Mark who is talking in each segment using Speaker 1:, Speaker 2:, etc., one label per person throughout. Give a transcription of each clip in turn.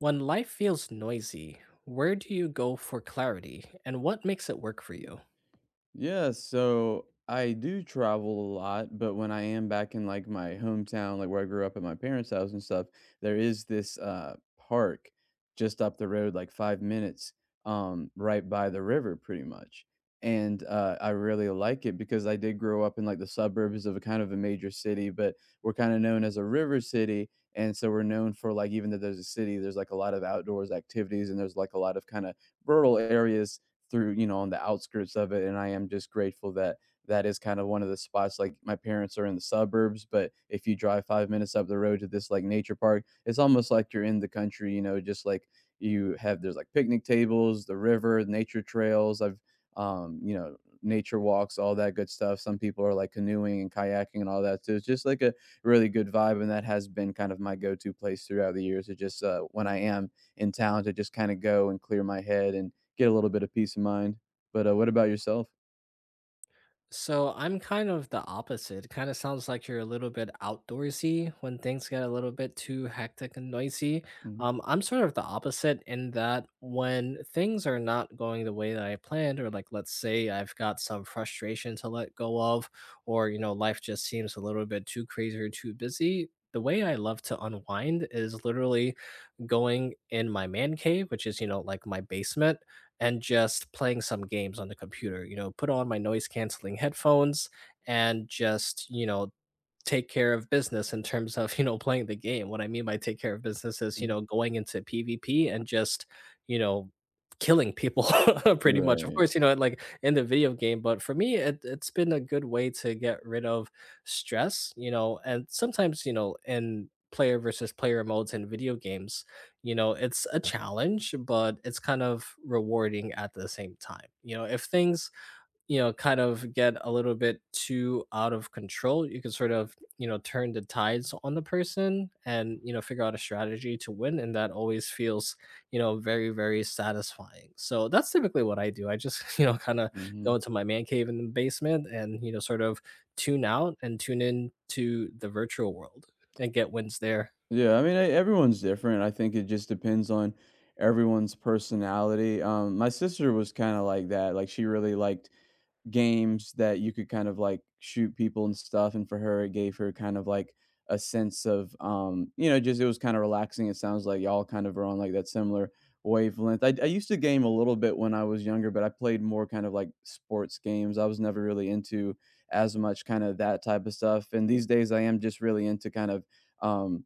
Speaker 1: When life feels noisy, where do you go for clarity and what makes it work for you?
Speaker 2: Yeah, so I do travel a lot, but when I am back in like my hometown, like where I grew up at my parents' house and stuff, there is this park just up the road, like 5 minutes, right by the river pretty much. And I really like it because I did grow up in like the suburbs of a kind of a major city, but we're kind of known as a river city. And so we're known for like, even though there's a city, there's like a lot of outdoors activities and there's like a lot of kind of rural areas through you know on the outskirts of it, and I am just grateful that that is kind of one of the spots. Like my parents are in the suburbs, but if you drive 5 minutes up the road to this like nature park, it's almost like you're in the country, you know, just like you have, there's like picnic tables, the river, nature trails. I've you know nature walks, all that good stuff. Some people are like canoeing and kayaking and all that, so it's just like a really good vibe, and that has been kind of my go-to place throughout the years to just when I am in town, to just kind of go and clear my head and get a little bit of peace of mind. But, what about yourself?
Speaker 1: So I'm kind of the opposite. It kind of sounds like you're a little bit outdoorsy when things get a little bit too hectic and noisy.
Speaker 2: Mhm.
Speaker 1: I'm sort of the opposite in that when things are not going the way that I planned, or like let's say I've got some frustration to let go of, or you know, life just seems a little bit too crazy or too busy. The way I love to unwind is literally going in my man cave, which is, you know, like my basement and just playing some games on the computer. You know, put on my noise canceling headphones and just, you know, take care of business in terms of, you know, playing the game. What I mean by take care of business is, you
Speaker 2: Mhm.
Speaker 1: know, going into PvP and just, you know, killing people pretty much. Of
Speaker 2: Right.
Speaker 1: course, you know, like in the video game, but for me, it's been a good way to get rid of stress, you know, and sometimes, you know, in player versus player modes in video games, you know, it's a challenge, but it's kind of rewarding at the same time. You know, if things you know, kind of get a little bit too out of control, you can sort of, you know, turn the tides on the person and, you know, figure out a strategy to win. And that always feels, you know, very, very satisfying. So that's typically what I do. I just, you know, kind of go
Speaker 2: Mhm.
Speaker 1: into my man cave in the basement and, you know, sort of tune out and tune in to the virtual world and get wins there.
Speaker 2: Yeah, I mean, e everyone's different. I think it just depends on everyone's personality. My sister was kinda like that. Like, she really liked games that you could kind of like shoot people and stuff, and for her, it gave her kind of like a sense of, you know, just it was kinda relaxing. It sounds like y'all kind of are on like that similar wavelength. I used to game a little bit when I was younger, but I played more kind of like sports games. I was never really into as much kinda that type of stuff, and these days, I am just really into kind of, um,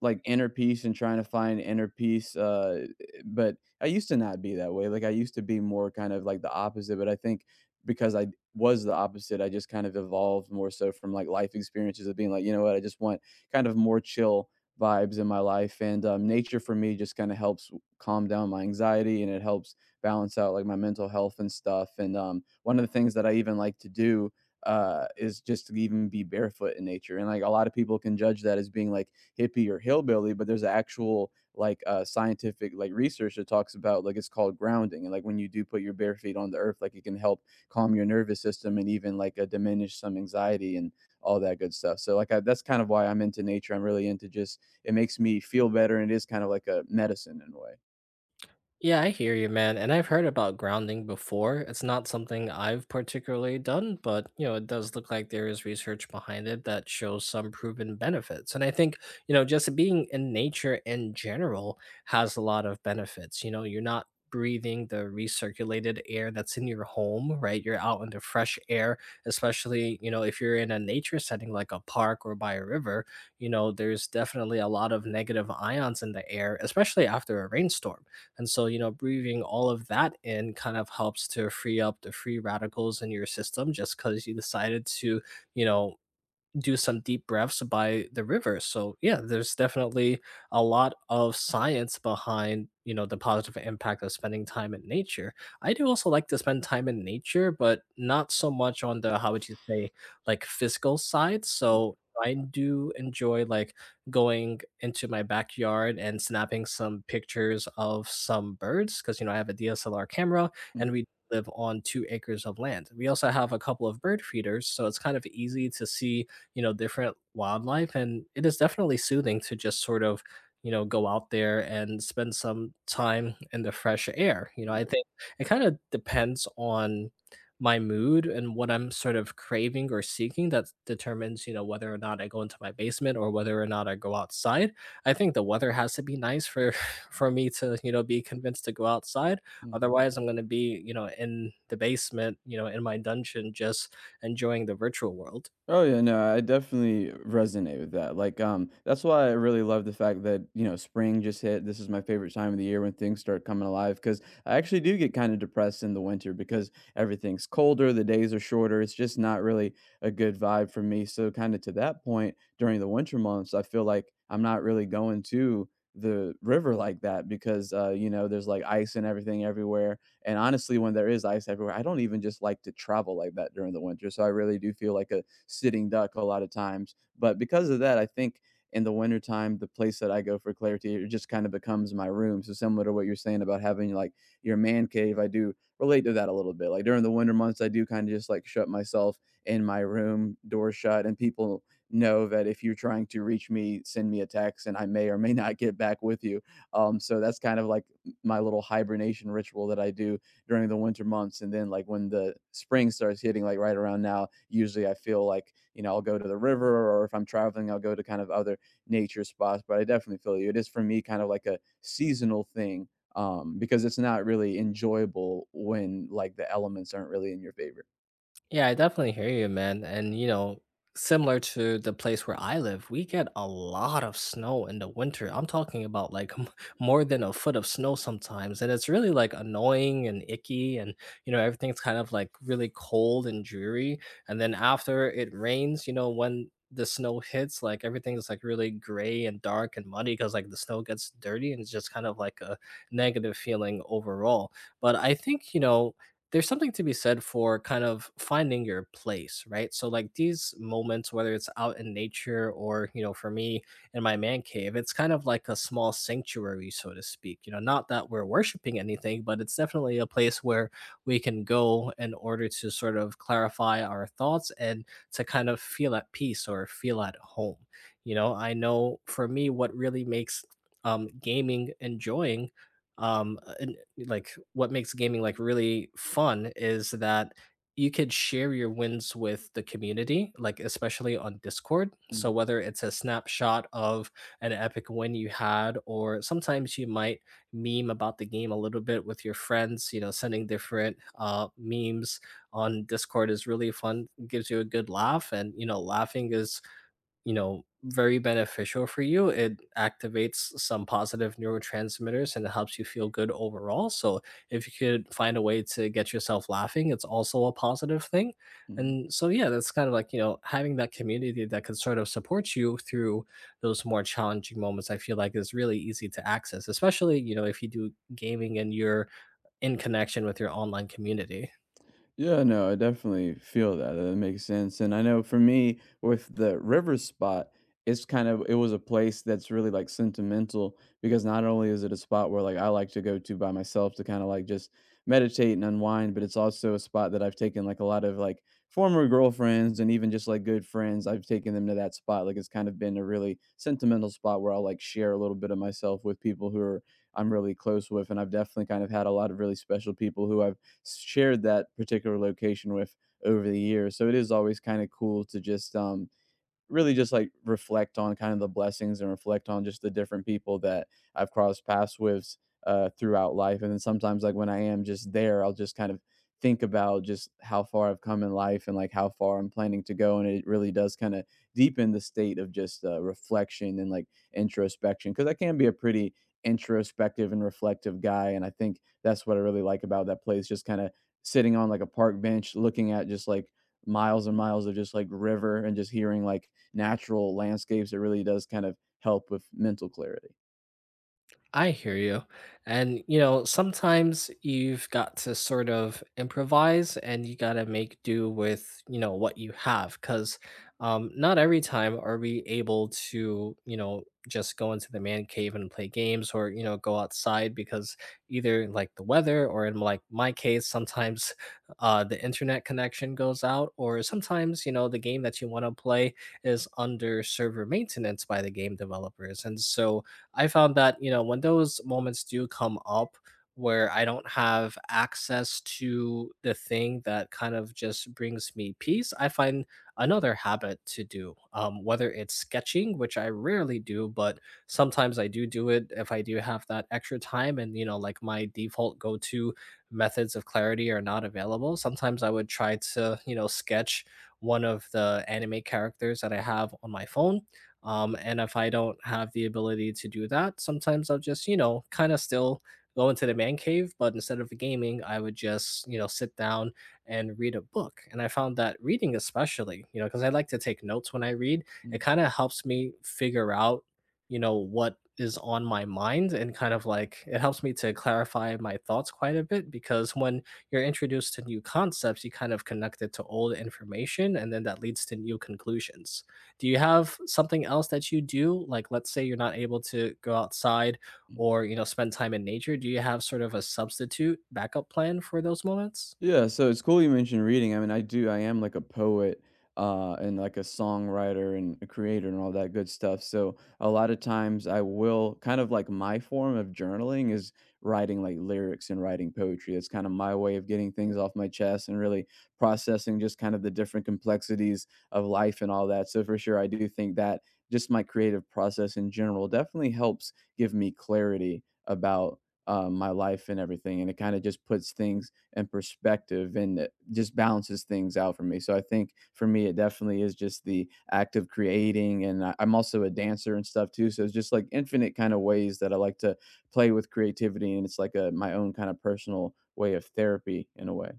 Speaker 2: like, inner peace and trying to find inner peace, but I used to not be that way. Like, I used to be more kind of like the opposite, but I think because I was the opposite, I just kind of evolved more so from like life experiences of being like, you know what, I just want kind of more chill vibes in my life. And nature for me just kind of helps calm down my anxiety, and it helps balance out like my mental health and stuff. And one of the things that I even like to do is just to even be barefoot in nature. And like a lot of people can judge that as being like hippie or hillbilly, but there's actual like scientific like research that talks about like it's called grounding, and like when you do put your bare feet on the earth, like it can help calm your nervous system and even like a diminish some anxiety and all that good stuff. So that's kind of why I'm into nature. I'm really into just it makes me feel better, and it is kind of like a medicine in a way.
Speaker 1: Yeah, I hear you, man. And I've heard about grounding before. It's not something I've particularly done, but you know, it does look like there is research behind it that shows some proven benefits. And I think, you know, just being in nature in general has a lot of benefits. You know, you're not breathing the recirculated air that's in your home, right? You're out in the fresh air, especially, you know, if you're in a nature setting like a park or by a river, you know, there's definitely a lot of negative ions in the air, especially after a rainstorm, and so, you know, breathing all of that in kind of helps to free up the free radicals in your system just because you decided to, you know, do some deep breaths by the river. So yeah, there's definitely a lot of science behind, you know, the positive impact of spending time in nature. I do also like to spend time in nature, but not so much on the, how would you say, like physical side. So I do enjoy like going into my backyard and snapping some pictures of some birds because you know I have a DSLR camera
Speaker 2: Mm-hmm.
Speaker 1: and we live on 2 acres of land. We also have a couple of bird feeders, so it's kind of easy to see, you know, different wildlife. And it is definitely soothing to just sort of, you know, go out there and spend some time in the fresh air. You know, I think it kind of depends on my mood and what I'm sort of craving or seeking that determines, you know, whether or not I go into my basement or whether or not I go outside. I think the weather has to be nice for for me to, you know, be convinced to go outside.
Speaker 2: Mm-hmm.
Speaker 1: Otherwise, I'm going to be, you know, in the basement, you know, in my dungeon just enjoying the virtual world.
Speaker 2: Oh yeah, no, I definitely resonate with that. Like, that's why I really love the fact that you know spring just hit. This is my favorite time of the year when things start coming alive, because I actually do get kind of depressed in the winter because everything's colder, the days are shorter. It's just not really a good vibe for me. So, kind of to that point, during the winter months, I feel like I'm not really going to the river like that because you know there's like ice and everything everywhere. And honestly, when there is ice everywhere, I don't even just like to travel like that during the winter. So I really do feel like a sitting duck a lot of times. But because of that, I think in the wintertime, the place that I go for clarity, it just kind of becomes my room. So similar to what you're saying about having like your man cave, I do relate to that a little bit. Like during the winter months, I do kind of just like shut myself in my room, door shut, and people know that if you're trying to reach me, send me a text, and I may or may not get back with you. So that's kind of like my little hibernation ritual that I do during the winter months, and then like when the spring starts hitting, like right around now, usually I feel like, you know, I'll go to the river, or if I'm traveling, I'll go to kind of other nature spots. But I definitely feel you, it is for me kind of like a seasonal thing, because it's not really enjoyable when like the elements aren't really in your favor.
Speaker 1: Yeah, I definitely hear you, man. And you know, similar to the place where I live, we get a lot of snow in the winter. I'm talking about like more than a foot of snow sometimes, and it's really like annoying and icky, and you know, everything's kind of like really cold and dreary. And then after it rains, you know, when the snow hits, like everything's like really gray and dark and muddy because like the snow gets dirty, and it's just kind of like a negative feeling overall. But I think you know there's something to be said for kind of finding your place, right? So like these moments, whether it's out in nature or you know, for me in my man cave, it's kind of like a small sanctuary, so to speak. You know, not that we're worshiping anything, but it's definitely a place where we can go in order to sort of clarify our thoughts and to kind of feel at peace or feel at home. You know, I know for me, what really makes um, gaming enjoying like what makes gaming like really fun is that you could share your wins with the community, like especially on Discord. So
Speaker 2: Mhm.
Speaker 1: whether it's a snapshot of an epic win you had, or sometimes you might meme about the game a little bit with your friends, you know, sending different memes on Discord is really fun. Gives you a good laugh, and you know, laughing is, you know, very beneficial for you. It activates some positive neurotransmitters and it helps you feel good overall, so if you could find a way to get yourself laughing, it's also a positive thing.
Speaker 2: Mhm.
Speaker 1: And so yeah, that's kind of like, you know, having that community that can sort of support you through those more challenging moments I feel like is really easy to access, especially, you know, if you do gaming and you're in connection with your online community.
Speaker 2: Yeah, no, I definitely feel that. That makes sense. And I know for me, with the river spot, it's kind of it was a place that's really like sentimental, because not only is it a spot where like I like to go to by myself to kind of like just meditate and unwind, but it's also a spot that I've taken like a lot of like former girlfriends and even just like good friends. I've taken them to that spot. Like it's kind of been a really sentimental spot where I'll like share a little bit of myself with people who are I'm really close with. And I've definitely kind of had a lot of really special people who I've shared that particular location with over the years. So it is always kind of cool to just really just like reflect on kind of the blessings and reflect on just the different people that I've crossed paths with throughout life. And then sometimes, like when I am just there, I'll just kind of think about just how far I've come in life and like how far I'm planning to go. And it really does kind of deepen the state of just reflection and like introspection, because I can be a pretty introspective and reflective guy. And I think that's what I really like about that place, just kind of sitting on like a park bench looking at just like miles and miles of just like river, and just hearing like natural landscapes, it really does kind of help with mental clarity.
Speaker 1: I hear you. And, you know, sometimes you've got to sort of improvise and you got to make do with, you know, what you have. Cause not every time are we able to, you know, just go into the man cave and play games or, you know, go outside because either like the weather or in like my case, sometimes the internet connection goes out or sometimes, you know, the game that you want to play is under server maintenance by the game developers. And so, I found that, you know, when those moments do come up where I don't have access to the thing that kind of just brings me peace, I find another habit to do, whether it's sketching, which I rarely do, but sometimes I do do it if I do have that extra time and, you know, like my default go to methods of clarity are not available. Sometimes I would try to, you know, sketch one of the anime characters that I have on my phone, and if I don't have the ability to do that, sometimes I'll just, you know, kind of still go into the man cave, but instead of gaming, I would just, you know, sit down and read a book. And I found that reading, especially, you know, because I like to take notes when I read, it
Speaker 2: Mm.
Speaker 1: kind of helps me figure out, you know, what is on my mind and kind of like it helps me to clarify my thoughts quite a bit because when you're introduced to new concepts, you kind of connect it to old information and then that leads to new conclusions. Do you have something else that you do? Like, let's say you're not able to go outside or, you know, spend time in nature. Do you have sort of a substitute backup plan for those moments?
Speaker 2: Yeah, so it's cool you mentioned reading. I mean, I do. I am like a poet and like a songwriter and a creator and all that good stuff. So a lot of times I will kind of like my form of journaling is writing like lyrics and writing poetry. It's kind of my way of getting things off my chest and really processing just kind of the different complexities of life and all that. So for sure, I do think that just my creative process in general definitely helps give me clarity about my life and everything. And it kind of just puts things and perspective, and it just balances things out for me. So I think for me, it definitely is just the act of creating. I'm also a dancer and stuff too. So it's just like infinite kind of ways that I like to play with creativity. And it's like my own kind of personal way of therapy in a way.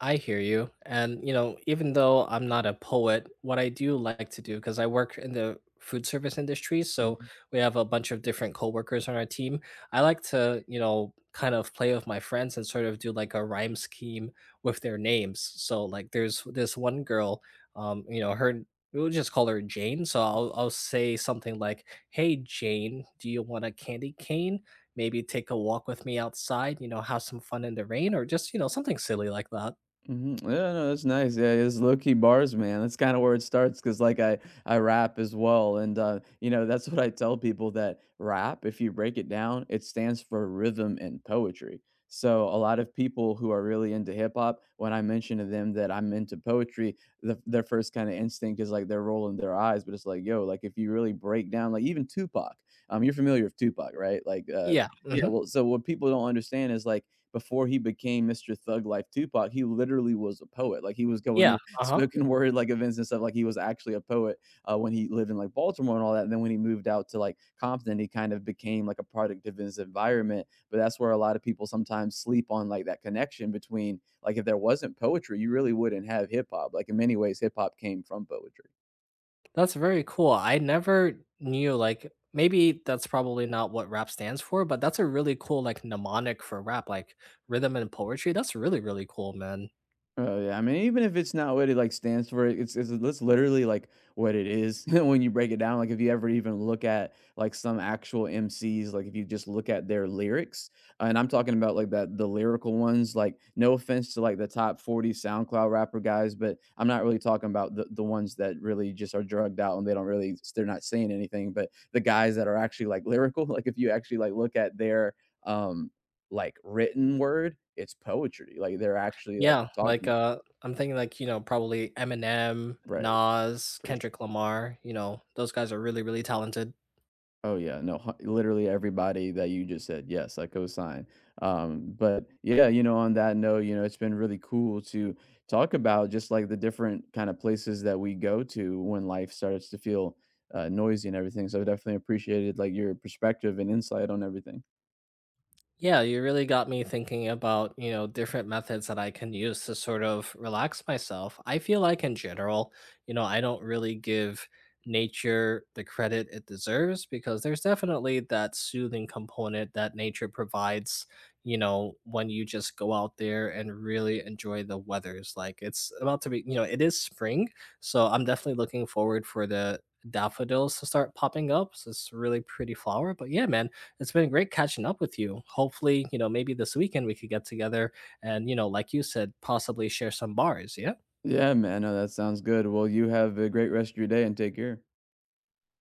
Speaker 1: I hear you. And, you know, even though I'm not a poet, what I do like to do, because I work in the food service industry, so we have a bunch of different coworkers on our team. I like to, you know, kind of play with my friends and sort of do like a rhyme scheme with their names. So, like, there's this one girl, you know, her, we'll just call her Jane. So I'll say something like, hey, Jane, do you want a candy cane? Maybe take a walk with me outside, you know, have some fun in the rain, or just, you know, something silly like that.
Speaker 2: Mhm. Yeah, no, that's nice. Yeah, it's low key bars, man. That's kind of where it starts because, like, I rap as well, and you know that's what I tell people, that rap, if you break it down, it stands for rhythm and poetry. So a lot of people who are really into hip hop, when I mention to them that I'm into poetry, their first kind of instinct is like they're rolling their eyes, but it's like, yo, like if you really break down, like even Tupac, you're familiar with Tupac, right? Like,
Speaker 1: Yeah,
Speaker 2: yeah,
Speaker 1: mhm.
Speaker 2: well, so what people don't understand is like before he became Mr. Thug Life Tupac, he literally was a poet. Like he was going
Speaker 1: Yeah,
Speaker 2: to
Speaker 1: uh-huh.
Speaker 2: spoken word like events and stuff. Like he was actually a poet when he lived in like Baltimore and all that. And then when he moved out to like Compton, he kind of became like a product of his environment. But that's where a lot of people sometimes sleep on like that connection between like if there wasn't poetry, you really wouldn't have hip hop. Like in many ways, hip hop came from poetry.
Speaker 1: That's very cool. I never knew, like maybe that's probably not what rap stands for, but that's a really cool, like, mnemonic for rap, like, rhythm and poetry. That's really, really cool, man.
Speaker 2: Oh yeah, I mean, even if it's not what it like stands for, it's that's literally like what it is when you break it down. Like if you ever even look at like some actual MCs, like if you just look at their lyrics, and I'm talking about like that the lyrical ones. Like no offense to like the top 40 SoundCloud rapper guys, but I'm not really talking about the ones that really just are drugged out, and they don't really they're not saying anything. But the guys that are actually like lyrical, like if you actually like look at their um like written word, it's poetry. Like they're actually like
Speaker 1: Yeah, like,
Speaker 2: talking.
Speaker 1: I'm thinking, like, you know, probably Eminem,
Speaker 2: Right,
Speaker 1: Nas,
Speaker 2: for sure.
Speaker 1: Kendrick Lamar, you know, those guys are really, really talented.
Speaker 2: Oh, yeah, no, hu literally everybody that you just said, yes, I co-sign. But yeah, you know, on that note, you know, it's been really cool to talk about just, like, the different kinda places that we go to when life starts to feel, noisy and everything, so I definitely appreciated, like, your perspective and insight on everything.
Speaker 1: Yeah, you really got me thinking about, you know, different methods that I can use to sort of relax myself. I feel like in general, you know, I don't really give nature the credit it deserves because there's definitely that soothing component that nature provides, you know, when you just go out there and really enjoy the weathers. Like it's about to be, you know, it is spring, so I'm definitely looking forward for the daffodils to start popping up. So it's a really pretty flower, but yeah, man, it's been great catching up with you. Hopefully, you know, maybe this weekend we could get together and, you know, like you said, possibly share some bars. Yeah.
Speaker 2: Yeah, man, no, that sounds good. Well, you have a great rest of your day and take care.